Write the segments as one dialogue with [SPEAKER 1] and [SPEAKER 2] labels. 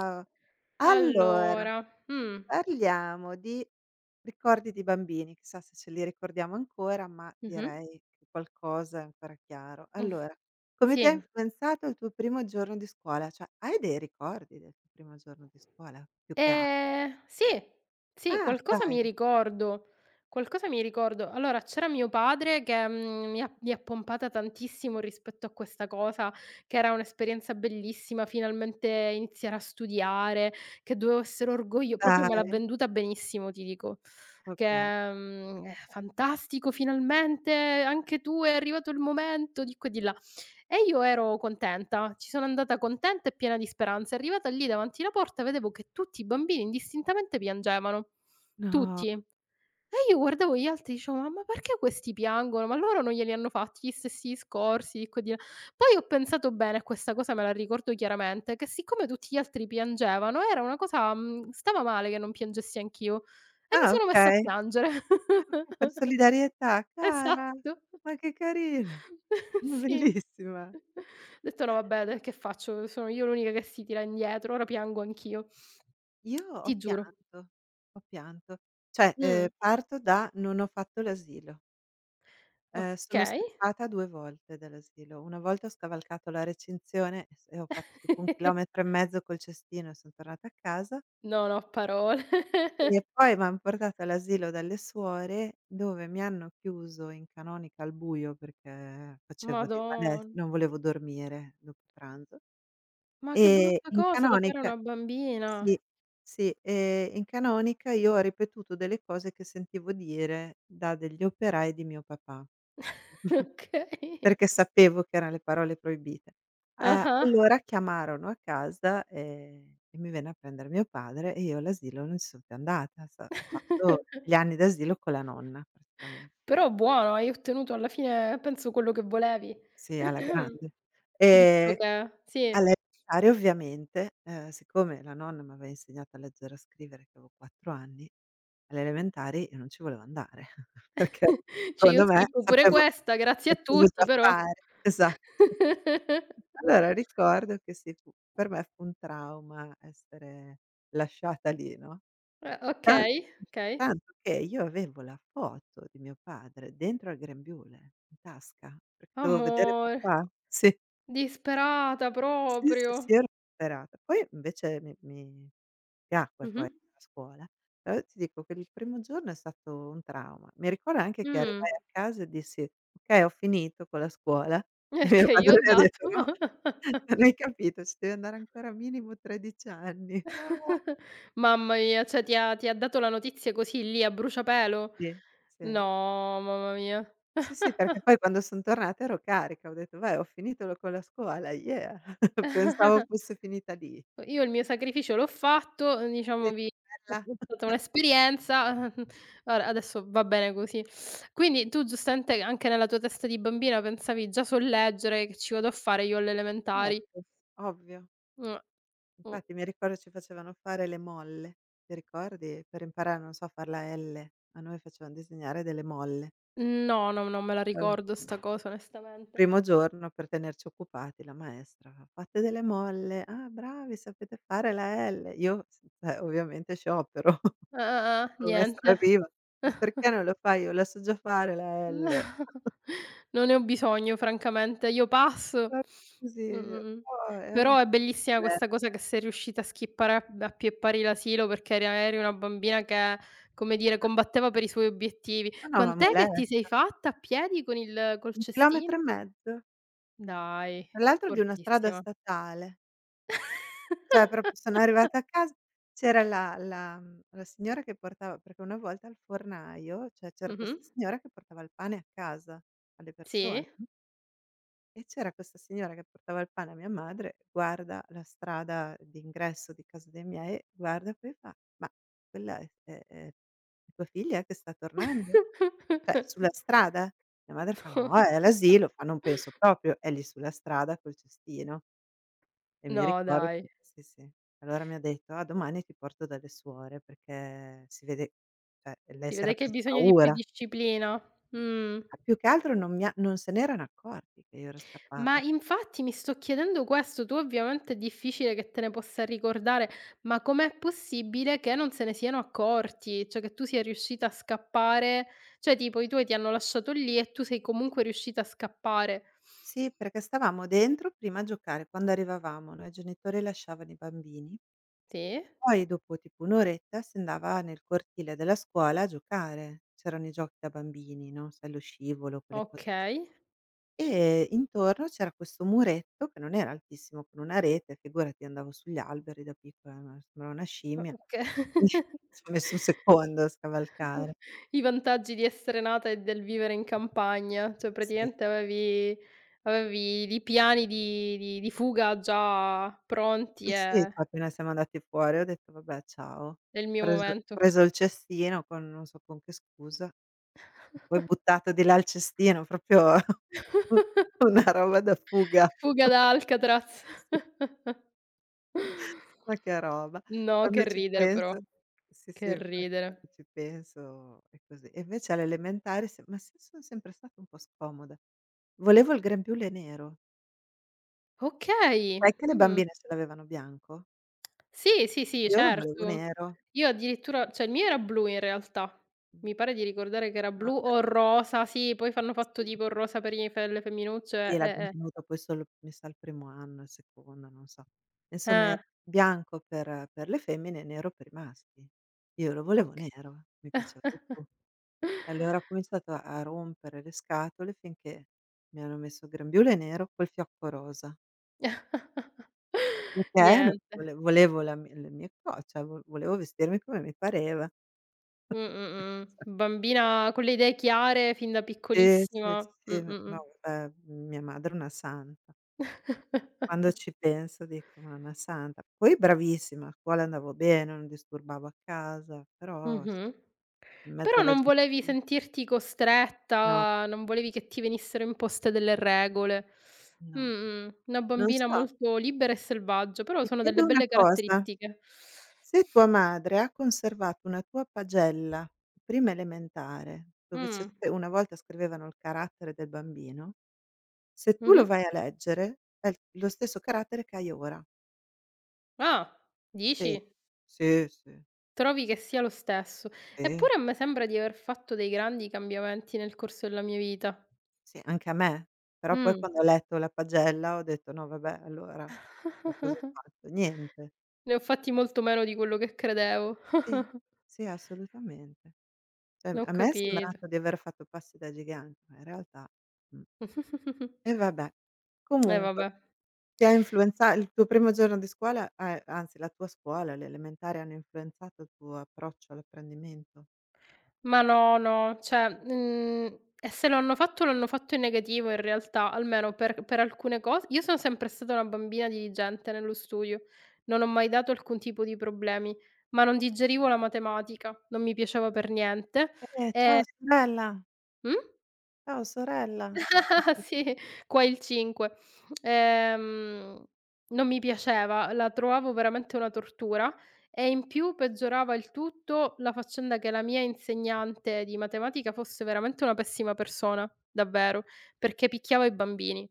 [SPEAKER 1] Ciao. Allora,
[SPEAKER 2] Allora, mh,
[SPEAKER 1] parliamo di ricordi di bambini, chissà se ce li ricordiamo ancora, ma
[SPEAKER 2] mh-mh,
[SPEAKER 1] direi che qualcosa è ancora chiaro.
[SPEAKER 2] mh,
[SPEAKER 1] Allora, come ti ha
[SPEAKER 2] sì,
[SPEAKER 1] influenzato il tuo primo giorno di scuola? Cioè, hai dei ricordi del tuo primo giorno di scuola più che altro?
[SPEAKER 2] sì, sì,
[SPEAKER 1] Ah,
[SPEAKER 2] qualcosa
[SPEAKER 1] dai,
[SPEAKER 2] mi ricordo, qualcosa mi ricordo. Allora c'era mio padre che, mi ha pompata tantissimo rispetto a questa cosa, che era un'esperienza bellissima, finalmente iniziare a studiare, che dovevo essere orgoglio proprio me l'ha
[SPEAKER 1] dai,
[SPEAKER 2] venduta benissimo, ti dico, che,
[SPEAKER 1] okay.
[SPEAKER 2] mhmm: "È fantastico, finalmente anche tu è arrivato il momento", di qua e di là. E io ero contenta, ci sono andata contenta e piena di speranza. Arrivata lì davanti la porta vedevo che tutti i bambini indistintamente piangevano,
[SPEAKER 1] No.
[SPEAKER 2] tutti. E io guardavo gli altri e dicevo: "Ma perché questi piangono? Ma loro non glieli hanno fatti gli stessi discorsi di qua e di là". Poi ho pensato bene, e questa cosa me la ricordo chiaramente, che siccome tutti gli altri piangevano era una cosa, stava male che non piangessi anch'io e mi
[SPEAKER 1] Ah,
[SPEAKER 2] sono messa a
[SPEAKER 1] okay.
[SPEAKER 2] piangere.
[SPEAKER 1] Ah, okay, per solidarietà, cara,
[SPEAKER 2] Esatto.
[SPEAKER 1] ma che carina, ma
[SPEAKER 2] Sì.
[SPEAKER 1] bellissima.
[SPEAKER 2] Ho detto: "No vabbè, de che faccio? Sono io l'unica che si tira indietro, ora piango anch'io."
[SPEAKER 1] Io ho
[SPEAKER 2] Ti giuro.
[SPEAKER 1] pianto, ho pianto. Cioè,
[SPEAKER 2] Mh.
[SPEAKER 1] parto da: non ho fatto l'asilo. Sono
[SPEAKER 2] Okay.
[SPEAKER 1] scappata 2 volte dall'asilo. Una volta ho scavalcato la recinzione e ho fatto tipo 1 chilometro e mezzo col cestino e son tornata a casa,
[SPEAKER 2] Non ho parole.
[SPEAKER 1] e poi m'han portata all'asilo dalle suore, dove mi hanno chiuso in canonica al buio perché facevo dei malest
[SPEAKER 2] Madon,
[SPEAKER 1] non volevo dormire dopo pranzo,
[SPEAKER 2] ma che
[SPEAKER 1] e
[SPEAKER 2] brutta
[SPEAKER 1] in
[SPEAKER 2] cosa da fare a
[SPEAKER 1] canonica.
[SPEAKER 2] una bambina.
[SPEAKER 1] Sì, sì, in canonica io ho ripetuto delle cose che sentivo dire da degli operai di mio papà,
[SPEAKER 2] Okay.
[SPEAKER 1] perché sapevo che eran le parole proibite.
[SPEAKER 2] Ah-ah.
[SPEAKER 1] Allora chiamarono a casa, e mi venne a prendere mio padre e io all'asilo non ci son più andata, sa ho fatto gli anni d'asilo con la nonna praticamen,
[SPEAKER 2] Però buono, hai ottenuto alla fine penso quello che volevi,
[SPEAKER 1] sì, alla grande.
[SPEAKER 2] visto
[SPEAKER 1] Ehm
[SPEAKER 2] che
[SPEAKER 1] A
[SPEAKER 2] sì.
[SPEAKER 1] lecare ovviamente, siccome la nonna m'aveva insegnato a leggere e a scrivere che avevo 4 anni, alle elementari io non ci volevo andare, perché
[SPEAKER 2] Cioè io
[SPEAKER 1] secondo me
[SPEAKER 2] schippo pure
[SPEAKER 1] sapevo
[SPEAKER 2] questa, grazie a
[SPEAKER 1] sapevo
[SPEAKER 2] tutti,
[SPEAKER 1] già
[SPEAKER 2] però.
[SPEAKER 1] fare. Esatto. Allora ricordo che sì, fu per me fu un trauma essere lasciata lì, no, tanto
[SPEAKER 2] Okay, okay.
[SPEAKER 1] tanto che io avevo la foto di mio padre dentro al grembiule, in tasca, perché dovevo vedere
[SPEAKER 2] Amore,
[SPEAKER 1] papà. Sì.
[SPEAKER 2] disperata
[SPEAKER 1] Sì, sì,
[SPEAKER 2] proprio.
[SPEAKER 1] sì, ero disperata. Poi invece mi piacque
[SPEAKER 2] Mh-mh.
[SPEAKER 1] poi la scuola. Però ti dico che il primo giorno è stato un trauma. Mi ricordo anche che
[SPEAKER 2] Mh.
[SPEAKER 1] arrivai a casa e dissi: "Okay, ho finito con la scuola." E mio
[SPEAKER 2] Che gli ho
[SPEAKER 1] padre mi ha detto:
[SPEAKER 2] dato.
[SPEAKER 1] "No, non hai capito, ci devi andare ancora minimo 13 anni."
[SPEAKER 2] Mamma mia, cioè ti ha dato la notizia così lì a bruciapelo?
[SPEAKER 1] Sì,
[SPEAKER 2] No,
[SPEAKER 1] sì.
[SPEAKER 2] mamma mia.
[SPEAKER 1] Sì, sì, perché poi quando son tornata ero carica, ho detto: "Vai, ho finito lo con la scuola, yeah." Pensavo fosse finita lì.
[SPEAKER 2] Io il mio sacrificio l'ho fatto,
[SPEAKER 1] Sì,
[SPEAKER 2] diciamo vi.
[SPEAKER 1] bella.
[SPEAKER 2] È stata un'esperienza, ora adesso va bene così. Quindi tu giustamente anche nella tua testa di bambina pensavi: "Già so leggere, che ci vado a fare io alle elementari?"
[SPEAKER 1] Certo, ovvio.
[SPEAKER 2] Mh, mh.
[SPEAKER 1] Infatti mi ricordo ci facevano fare le molle, ti ricordi? Per imparare, non so, a far la L, a noi facevano disegnare delle molle.
[SPEAKER 2] No, no, non me la
[SPEAKER 1] Allora,
[SPEAKER 2] ricordo sta cosa
[SPEAKER 1] il
[SPEAKER 2] onestamente.
[SPEAKER 1] primo giorno per tenerci occupati la maestra: "Fate delle molle, ah bravi sapete fare la L". Io s cioè ovviamente sciopero,
[SPEAKER 2] Ah-ah-ah,
[SPEAKER 1] la
[SPEAKER 2] niente.
[SPEAKER 1] maestra arriva: "Ma perché non lo fai?" Io: "La so già fare la
[SPEAKER 2] No,
[SPEAKER 1] L".
[SPEAKER 2] non ne ho bisogno francamente, io
[SPEAKER 1] Ma
[SPEAKER 2] passo.
[SPEAKER 1] così,
[SPEAKER 2] Mh-mh.
[SPEAKER 1] un
[SPEAKER 2] Però
[SPEAKER 1] po'
[SPEAKER 2] è bellissima
[SPEAKER 1] molesta.
[SPEAKER 2] questa cosa che sei riuscita a schippare a pieppari l'asilo perché era eri una bambina che, come dire, combatteva per i suoi obiettivi.
[SPEAKER 1] No, no, ma
[SPEAKER 2] Quant'è che ti sei
[SPEAKER 1] molesta.
[SPEAKER 2] fatta a piedi con il col
[SPEAKER 1] Un chilometro
[SPEAKER 2] cestino?
[SPEAKER 1] e mezzo,
[SPEAKER 2] Dai,
[SPEAKER 1] tra l'altro di una strada
[SPEAKER 2] fortissima.
[SPEAKER 1] statale. Cioè proprio sono arrivata a casa, c'era la signora che portava perché una volta al fornaio, cioè c'era
[SPEAKER 2] Mh-mh.
[SPEAKER 1] questa signora che portava il pane a casa alle persone.
[SPEAKER 2] Sì.
[SPEAKER 1] Mh. E c'era questa signora che portava il pane a mia madre, guarda la strada d'ingresso di casa dei miei, guarda poi fa: "Ma quella è tua figlia che sta tornando? Cioè sulla strada?" Mia madre fa:
[SPEAKER 2] No,
[SPEAKER 1] "No,
[SPEAKER 2] no.
[SPEAKER 1] è all'asilo." Fa: "Non penso proprio, è lì sulla strada col cestino." E mi
[SPEAKER 2] No,
[SPEAKER 1] ricordo che
[SPEAKER 2] dai,
[SPEAKER 1] sì, sì. Allora mi ha detto: "Ah, domani ti porto dalle suore perché si vede", cioè lei
[SPEAKER 2] si
[SPEAKER 1] s'era
[SPEAKER 2] vede che hai
[SPEAKER 1] presa
[SPEAKER 2] bisogno di più
[SPEAKER 1] paura.
[SPEAKER 2] disciplina. Mh.
[SPEAKER 1] Ma più che altro non mi ha non se n'erano accorti che io ero
[SPEAKER 2] Ma
[SPEAKER 1] scappata.
[SPEAKER 2] infatti mi sto chiedendo questo, tu ovviamente è difficile che te ne possa ricordare, ma com'è possibile che non se ne siano accorti? Cioè che tu sia riuscita a scappare, cioè tipo i tuoi ti hanno lasciato lì e tu sei comunque riuscita a scappare.
[SPEAKER 1] Sì, perché stavamo dentro prima a giocare, quando arrivavamo no, i genitori lasciavano i bambini,
[SPEAKER 2] Sì,
[SPEAKER 1] poi dopo tipo 1 oretta si andava nel cortile della scuola a giocare. C'erano i giochi da bambini, no, sai lo scivolo, quelle cose lì.
[SPEAKER 2] okay,
[SPEAKER 1] E intorno c'era questo muretto che non era altissimo, con una rete, figurati andavo sugli alberi da piccola, ma sembravo una
[SPEAKER 2] o
[SPEAKER 1] scimmia.
[SPEAKER 2] oka
[SPEAKER 1] Quindi ci ho messo un secondo a scavalcare.
[SPEAKER 2] I vantaggi di essere nata e del vivere in campagna, cioè
[SPEAKER 1] Sì,
[SPEAKER 2] praticamente avevi i piani di fuga già pronti
[SPEAKER 1] sì, sì,
[SPEAKER 2] e:
[SPEAKER 1] poi appena siamo andati fuori ho detto: "Vabbè ciao". Ho
[SPEAKER 2] "È il mio
[SPEAKER 1] preso ho
[SPEAKER 2] momento".
[SPEAKER 1] preso il cestino con non so con che scusa, e poi buttato di là il cestino, proprio u una roba da fuga.
[SPEAKER 2] Fuga da Alcatraz.
[SPEAKER 1] Ma che roba.
[SPEAKER 2] No, che
[SPEAKER 1] Quando ci
[SPEAKER 2] ridere però,
[SPEAKER 1] penso sì, sì,
[SPEAKER 2] che
[SPEAKER 1] infatti quando
[SPEAKER 2] ridere.
[SPEAKER 1] ci penso è così. E invece alle elementari se ma se son sempre stata un po' scomoda. Volevo il grembiule nero.
[SPEAKER 2] Okay,
[SPEAKER 1] Sai che le
[SPEAKER 2] mh.
[SPEAKER 1] bambine ce l'avevano bianco?
[SPEAKER 2] Sì, sì, sì,
[SPEAKER 1] Io lo volevo
[SPEAKER 2] certo.
[SPEAKER 1] nero.
[SPEAKER 2] Io addirittura cioè il mio era blu in realtà.
[SPEAKER 1] Mh.
[SPEAKER 2] Mi pare di ricordare che era
[SPEAKER 1] Non
[SPEAKER 2] blu o rosa, sì, poi f hanno fatto
[SPEAKER 1] sì,
[SPEAKER 2] tipo il rosa per i fe le
[SPEAKER 1] sì,
[SPEAKER 2] femminucce,
[SPEAKER 1] l'abbiamo
[SPEAKER 2] eh.
[SPEAKER 1] tenuto poi solo mi sa il primo anno, il secondo, non so. Insomma era
[SPEAKER 2] Eh,
[SPEAKER 1] bianco per le femmine e nero per i maschi. Io lo volevo
[SPEAKER 2] oka
[SPEAKER 1] nero, mi piaceva di più. E allora ho cominciato a rompere le scatole finché mi hanno messo il grembiule nero col fiocco rosa. Perché non
[SPEAKER 2] niente.
[SPEAKER 1] vole volevo la mi le mie co cioè vo volevo vestirmi come mi pareva.
[SPEAKER 2] Mh, mh, Bambina con le idee chiare fin da
[SPEAKER 1] Sì, sì,
[SPEAKER 2] piccolissima.
[SPEAKER 1] sì, no, guarda, mia madre è una santa. Quando ci penso dico: "Ma è una santa". Poi bravissima, a scuola andavo bene, non disturbavo a casa, però sì,
[SPEAKER 2] Mh-mh.
[SPEAKER 1] in mezzo
[SPEAKER 2] Però
[SPEAKER 1] alla
[SPEAKER 2] non
[SPEAKER 1] gente
[SPEAKER 2] volevi sentirti
[SPEAKER 1] no,
[SPEAKER 2] costretta, non volevi che ti venissero imposte delle regole.
[SPEAKER 1] no.
[SPEAKER 2] Mh-mh, una
[SPEAKER 1] Non
[SPEAKER 2] bambina
[SPEAKER 1] so,
[SPEAKER 2] molto libera e selvaggia, però
[SPEAKER 1] ti
[SPEAKER 2] sono delle
[SPEAKER 1] chiedo una
[SPEAKER 2] belle
[SPEAKER 1] cosa.
[SPEAKER 2] caratteristiche.
[SPEAKER 1] Se tua madre ha conservato una tua pagella di prima elementare, dove c'è
[SPEAKER 2] Mh,
[SPEAKER 1] sc una volta scrivevano il carattere del bambino, se tu lo
[SPEAKER 2] mh-mh.
[SPEAKER 1] vai a leggere è l lo stesso carattere che hai ora.
[SPEAKER 2] Ah,
[SPEAKER 1] Sì,
[SPEAKER 2] dici?
[SPEAKER 1] sì, sì,
[SPEAKER 2] Trovi che sia lo stesso.
[SPEAKER 1] sì,
[SPEAKER 2] Eppure a me sembra di aver fatto dei grandi cambiamenti nel corso della mia vita.
[SPEAKER 1] sì, anche a me. Però poi
[SPEAKER 2] Mh.
[SPEAKER 1] quando ho letto la pagella ho detto: "No vabbè allora, cioè cosa ho fatto? Niente".
[SPEAKER 2] Ne ho fatti molto meno di quello che credevo.
[SPEAKER 1] Sì, sì assolutamente. Cioè
[SPEAKER 2] Ho
[SPEAKER 1] a me è
[SPEAKER 2] capito.
[SPEAKER 1] sembrato di aver fatto passi da gigante, ma in realtà mh. E vabbè.
[SPEAKER 2] E
[SPEAKER 1] Comunque
[SPEAKER 2] vabbè.
[SPEAKER 1] ti ha influenza il tuo primo giorno di scuola anzi la tua scuola, le elementari hanno influenzato il tuo approccio all'apprendimento?
[SPEAKER 2] Ma no, no, cioè, e se lo hanno fatto, lo hanno fatto in negativo in realtà, almeno per alcune cos io sono sempre stata una bambina diligente nello studio, non ho mai dato alcun tipo di problemi, ma non digerivo la matematica, non mi piaceva per niente. E
[SPEAKER 1] Ciao sorella,
[SPEAKER 2] mh?
[SPEAKER 1] ciao sorella.
[SPEAKER 2] Sì, qua il 5. Ehm, non mi piaceva, la trovavo veramente una tortura e in più peggiorava il tutto la faccenda che la mia insegnante di matematica fosse veramente una pessima persona, davvero, perché picchiava i bambini.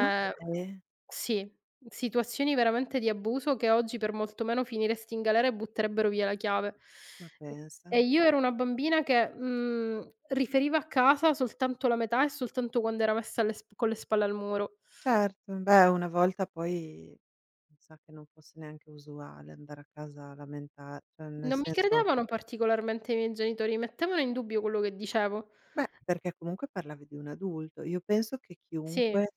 [SPEAKER 1] Ma
[SPEAKER 2] mhmm,
[SPEAKER 1] dai.
[SPEAKER 2] sì, situazioni veramente di abuso che oggi per molto meno finiresti in galera e butterebbero via la chiave.
[SPEAKER 1] Ma
[SPEAKER 2] E
[SPEAKER 1] pensa.
[SPEAKER 2] e io ero una bambina che, riferiva a casa soltanto la metà e soltanto quando era messa alle sp con le spalle al muro.
[SPEAKER 1] Certo, beh una volta poi pensa che non fosse neanche usuale andare a casa a lamenta, cioè nel
[SPEAKER 2] Non mi
[SPEAKER 1] senso
[SPEAKER 2] credevano particolarmente i miei genitori, mettevano in dubbio quello che dicevo.
[SPEAKER 1] beh, perché comunque parlavi di un adulto. Io penso che
[SPEAKER 2] Sì,
[SPEAKER 1] chiunque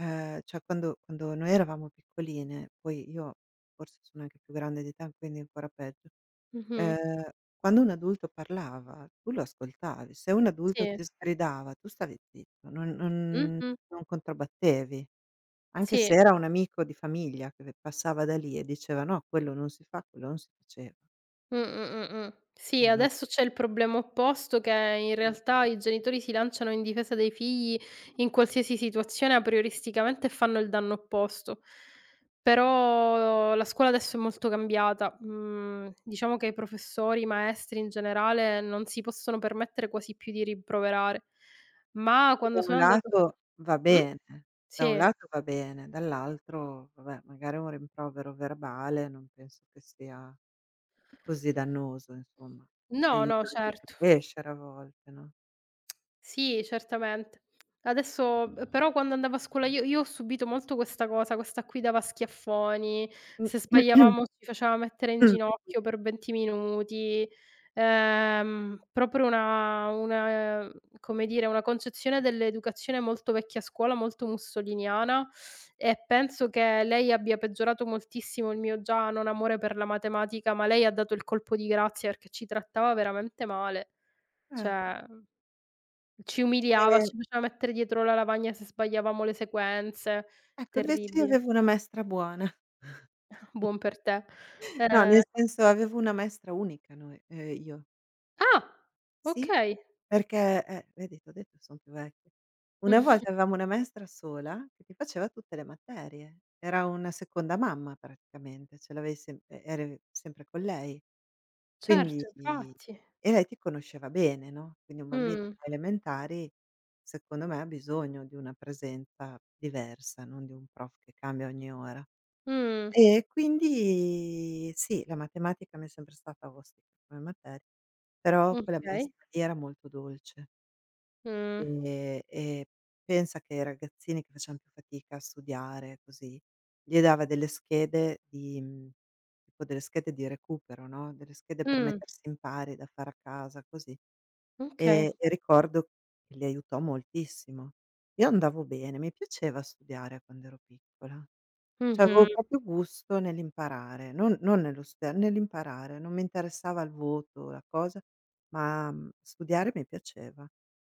[SPEAKER 1] Cioè quando noi eravamo piccoline, poi io forse sono anche più grande di te, quindi ancora peggio,
[SPEAKER 2] mh-mh,
[SPEAKER 1] ehm, quando un adulto parlava tu lo ascoltavi, se un adulto
[SPEAKER 2] sì,
[SPEAKER 1] ti sgridava tu stavi zitto, non
[SPEAKER 2] mh-mh,
[SPEAKER 1] non controbattevi, anche se
[SPEAKER 2] sì.
[SPEAKER 1] era un amico di famiglia che passava da lì e diceva: "No, quello non si fa, quello non si faceva."
[SPEAKER 2] Sì,
[SPEAKER 1] Io non
[SPEAKER 2] adesso c'è il problema opposto che in
[SPEAKER 1] Mh.
[SPEAKER 2] realtà i genitori si lanciano in difesa dei figli in qualsiasi situazione aprioristicamente e fanno il danno opposto. Però la scuola adesso è molto cambiata. Mhmm, diciamo che i professori, i maestri in generale non si possono permettere quasi più di rimproverare. Ma
[SPEAKER 1] Da
[SPEAKER 2] quando
[SPEAKER 1] un
[SPEAKER 2] sono andata,
[SPEAKER 1] lato va
[SPEAKER 2] mh?
[SPEAKER 1] bene, da un
[SPEAKER 2] Sì.
[SPEAKER 1] lato va bene, dall'altro vabbè magari è un rimprovero verbale, non penso che sia così dannoso insomma,
[SPEAKER 2] No, no,
[SPEAKER 1] aiuta anche a
[SPEAKER 2] certo.
[SPEAKER 1] crescere a volte, no?
[SPEAKER 2] Sì, certamente. Adesso, però quando andavo a scuola io ho subito molto questa cosa, questa qui dava schiaffoni,
[SPEAKER 1] Mh.
[SPEAKER 2] se
[SPEAKER 1] Mh.
[SPEAKER 2] sbagliavamo ci faceva mettere in ginocchio per 20 minuti, proprio una come dire, una concezione dell'educazione molto vecchia scuola, molto mussoliniana, e penso che lei abbia peggiorato moltissimo il mio già non amore per la matematica, ma lei ha dato il colpo di grazia perché ci trattava veramente male.
[SPEAKER 1] Eh.
[SPEAKER 2] Cioè ci umiliava,
[SPEAKER 1] Ehm,
[SPEAKER 2] ci faceva mettere dietro la lavagna se sbagliavamo le sequenze.
[SPEAKER 1] ecco invece io
[SPEAKER 2] Terribile.
[SPEAKER 1] avevo una maestra buona.
[SPEAKER 2] Buon per te.
[SPEAKER 1] No,
[SPEAKER 2] Ehm
[SPEAKER 1] nel senso avevo una maestra unica noi io.
[SPEAKER 2] ah!
[SPEAKER 1] Sì,
[SPEAKER 2] Okay.
[SPEAKER 1] perché vedi t'ho detto son più vecchia. Una volta avevamo una maestra sola che ti faceva tutte le materie. Era una seconda mamma praticamente, ce l'avevi sem e eri sempre con lei. Quindi
[SPEAKER 2] Certo,
[SPEAKER 1] i
[SPEAKER 2] infatti.
[SPEAKER 1] e lei ti conosceva bene, no, quindi un bambino
[SPEAKER 2] Mh.
[SPEAKER 1] alle elementari, secondo me, ha bisogno di una presenza diversa, non di un prof che cambia ogni ora.
[SPEAKER 2] Mh.
[SPEAKER 1] E quindi sì, la matematica mi è sempre stata ostica come materia, però quella
[SPEAKER 2] Okay.
[SPEAKER 1] maestra lì era molto dolce.
[SPEAKER 2] Mh.
[SPEAKER 1] Ehm, e pensa che ai ragazzini che facevan più fatica a studiare così, gli dava delle schede di tipo delle schede di recupero, no, delle schede per
[SPEAKER 2] Mh.
[SPEAKER 1] mettersi in pari da fare a casa così,
[SPEAKER 2] Okay.
[SPEAKER 1] e ricordo che li aiutò moltissimo. Io andavo bene, mi piaceva studiare quando ero piccola, cioè avevo
[SPEAKER 2] Mh-mh.
[SPEAKER 1] proprio gusto nell'imparare, non nello studiare, nell'imparare, non mi interessava il voto, la cosa, ma, studiare mi piaceva.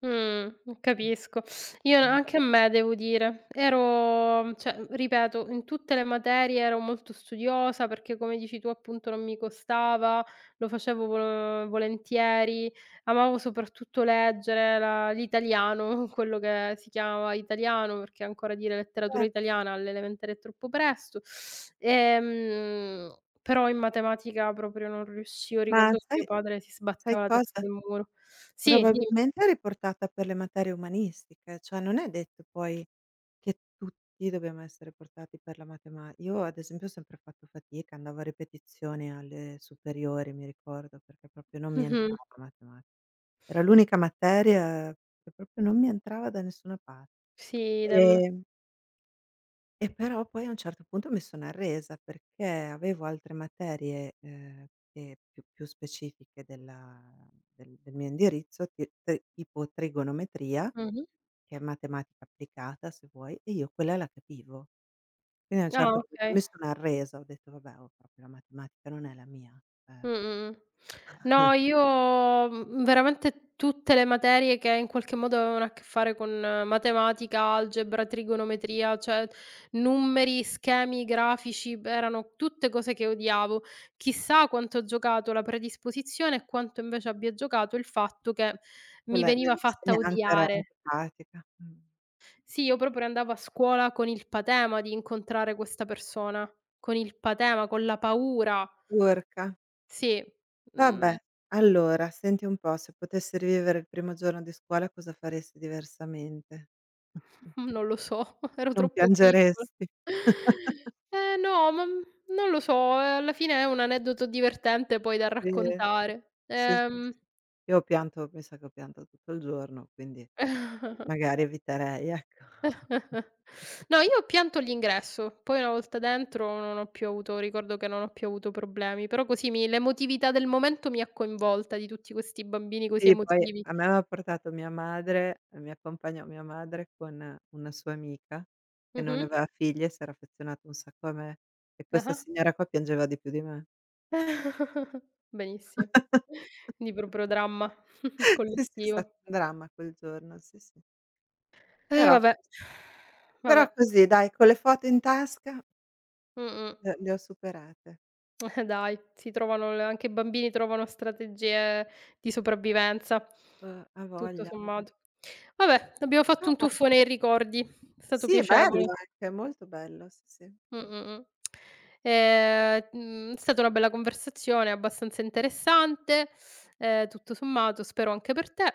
[SPEAKER 1] Mh,
[SPEAKER 2] Capisco. Io
[SPEAKER 1] mh.
[SPEAKER 2] anche a me devo dire. Ero cioè, ripeto, in tutte le materie ero molto studiosa perché come dici tu appunto non mi costava, lo facevo vo volentieri, amavo soprattutto leggere la l'italiano, quello che si chiamava italiano, perché ancora dire letteratura
[SPEAKER 1] Cer,
[SPEAKER 2] italiana all'elementare è troppo presto. Però in matematica proprio non riuscivo,
[SPEAKER 1] ma
[SPEAKER 2] ricordo che
[SPEAKER 1] sai
[SPEAKER 2] mio padre si
[SPEAKER 1] sai
[SPEAKER 2] sbatteva la testa
[SPEAKER 1] cosa?
[SPEAKER 2] nel muro. Sì, dimmi.
[SPEAKER 1] Probabilmente è riportata per le materie umanistiche, cioè non è detto poi che tutti dobbiamo essere portati per la matema, io ad esempio ho sempre fatto fatica, andavo a ripetizione alle superiori, mi ricordo, perché proprio non mi
[SPEAKER 2] Mh-mh.
[SPEAKER 1] entrava la matematica. Era l'unica materia che proprio non mi entrava da nessuna parte.
[SPEAKER 2] Sì, idem.
[SPEAKER 1] Ehm E però poi a un certo punto mi sono arresa perché avevo altre materie, che più specifiche del mio indirizzo, ti t tipo trigonometria,
[SPEAKER 2] Mh-mh.
[SPEAKER 1] che è matematica applicata se vuoi, e io quella la capivo. Quindi a un
[SPEAKER 2] Ah,
[SPEAKER 1] certo punto mi
[SPEAKER 2] okay.
[SPEAKER 1] sono arresa, ho detto: "Vabbè, oh, proprio la matematica non è la mia".
[SPEAKER 2] Mh, mh, mh. No, io, veramente tutte le materie che in qualche modo avevano a che fare con matematica, algebra, trigonometria, cioè numeri, schemi, grafici, b erano tutte cose che odiavo. Chissà quanto ho giocato la predisposizione e quanto invece abbia giocato il fatto che mi
[SPEAKER 1] Quella
[SPEAKER 2] veniva fatta
[SPEAKER 1] l'insegnante era
[SPEAKER 2] odiare.
[SPEAKER 1] antipatica,
[SPEAKER 2] Sì, io proprio andavo a scuola con il patema di incontrare questa persona, con il patema, con la paura.
[SPEAKER 1] turca.
[SPEAKER 2] Sì,
[SPEAKER 1] Vabbè,
[SPEAKER 2] mhmm,
[SPEAKER 1] allora senti un po', se potessi rivivere il primo giorno di scuola cosa faresti diversamente?
[SPEAKER 2] non lo so, ero
[SPEAKER 1] Non
[SPEAKER 2] troppo piccola.
[SPEAKER 1] piangeresti.
[SPEAKER 2] Eh no, ma, non lo so, alla fine è un aneddoto divertente poi da
[SPEAKER 1] Sì,
[SPEAKER 2] raccontare.
[SPEAKER 1] sì, sì, sì. Io ho pianto mi sa che ho pianto tutto il giorno, quindi magari eviterei, ecco.
[SPEAKER 2] No, io ho pianto all'ingresso, poi una volta dentro non ho più avuto ricordo che non ho più avuto problemi, però così mi l'emotività del momento mi ha coinvolta di tutti questi bambini così
[SPEAKER 1] Sì, poi
[SPEAKER 2] emotivi.
[SPEAKER 1] a me aveva portato mia madre mi accompagnò mia madre con una sua amica che non
[SPEAKER 2] Mh-mh.
[SPEAKER 1] aveva figli e s'era affezionata un sacco a me e questa
[SPEAKER 2] Ah-ah.
[SPEAKER 1] signora qua piangeva di più di me.
[SPEAKER 2] Benissimo. Quindi proprio dramma
[SPEAKER 1] Sì, sì, è stato
[SPEAKER 2] collettivo.
[SPEAKER 1] un dramma quel giorno, sì, sì.
[SPEAKER 2] Eh
[SPEAKER 1] Però
[SPEAKER 2] vabbè,
[SPEAKER 1] però
[SPEAKER 2] vabbè.
[SPEAKER 1] così dai, con le foto in tasca
[SPEAKER 2] Mh-mh.
[SPEAKER 1] le ho superate.
[SPEAKER 2] Eh, dai, si trovano le anche i bambini trovano strategie di sopravvivenza,
[SPEAKER 1] Ha
[SPEAKER 2] tutto
[SPEAKER 1] voglia, ha voglia.
[SPEAKER 2] sommato. Vabbè, abbiamo fatto un
[SPEAKER 1] Vabbè,
[SPEAKER 2] tuffo nei ricordi, è stato
[SPEAKER 1] sì è bello
[SPEAKER 2] piacevole.
[SPEAKER 1] anche, è molto bello, sì, sì.
[SPEAKER 2] Mh, mh, mh. È stata una bella conversazione, abbastanza interessante, tutto sommato, spero anche per te.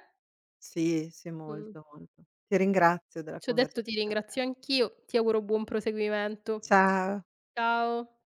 [SPEAKER 1] Sì, sì,
[SPEAKER 2] Mh.
[SPEAKER 1] molto, molto. Ti ringrazio della
[SPEAKER 2] Ci ho
[SPEAKER 1] conversazione.
[SPEAKER 2] detto ti ringrazio anch'io, ti auguro buon proseguimento.
[SPEAKER 1] Ciao.
[SPEAKER 2] Ciao.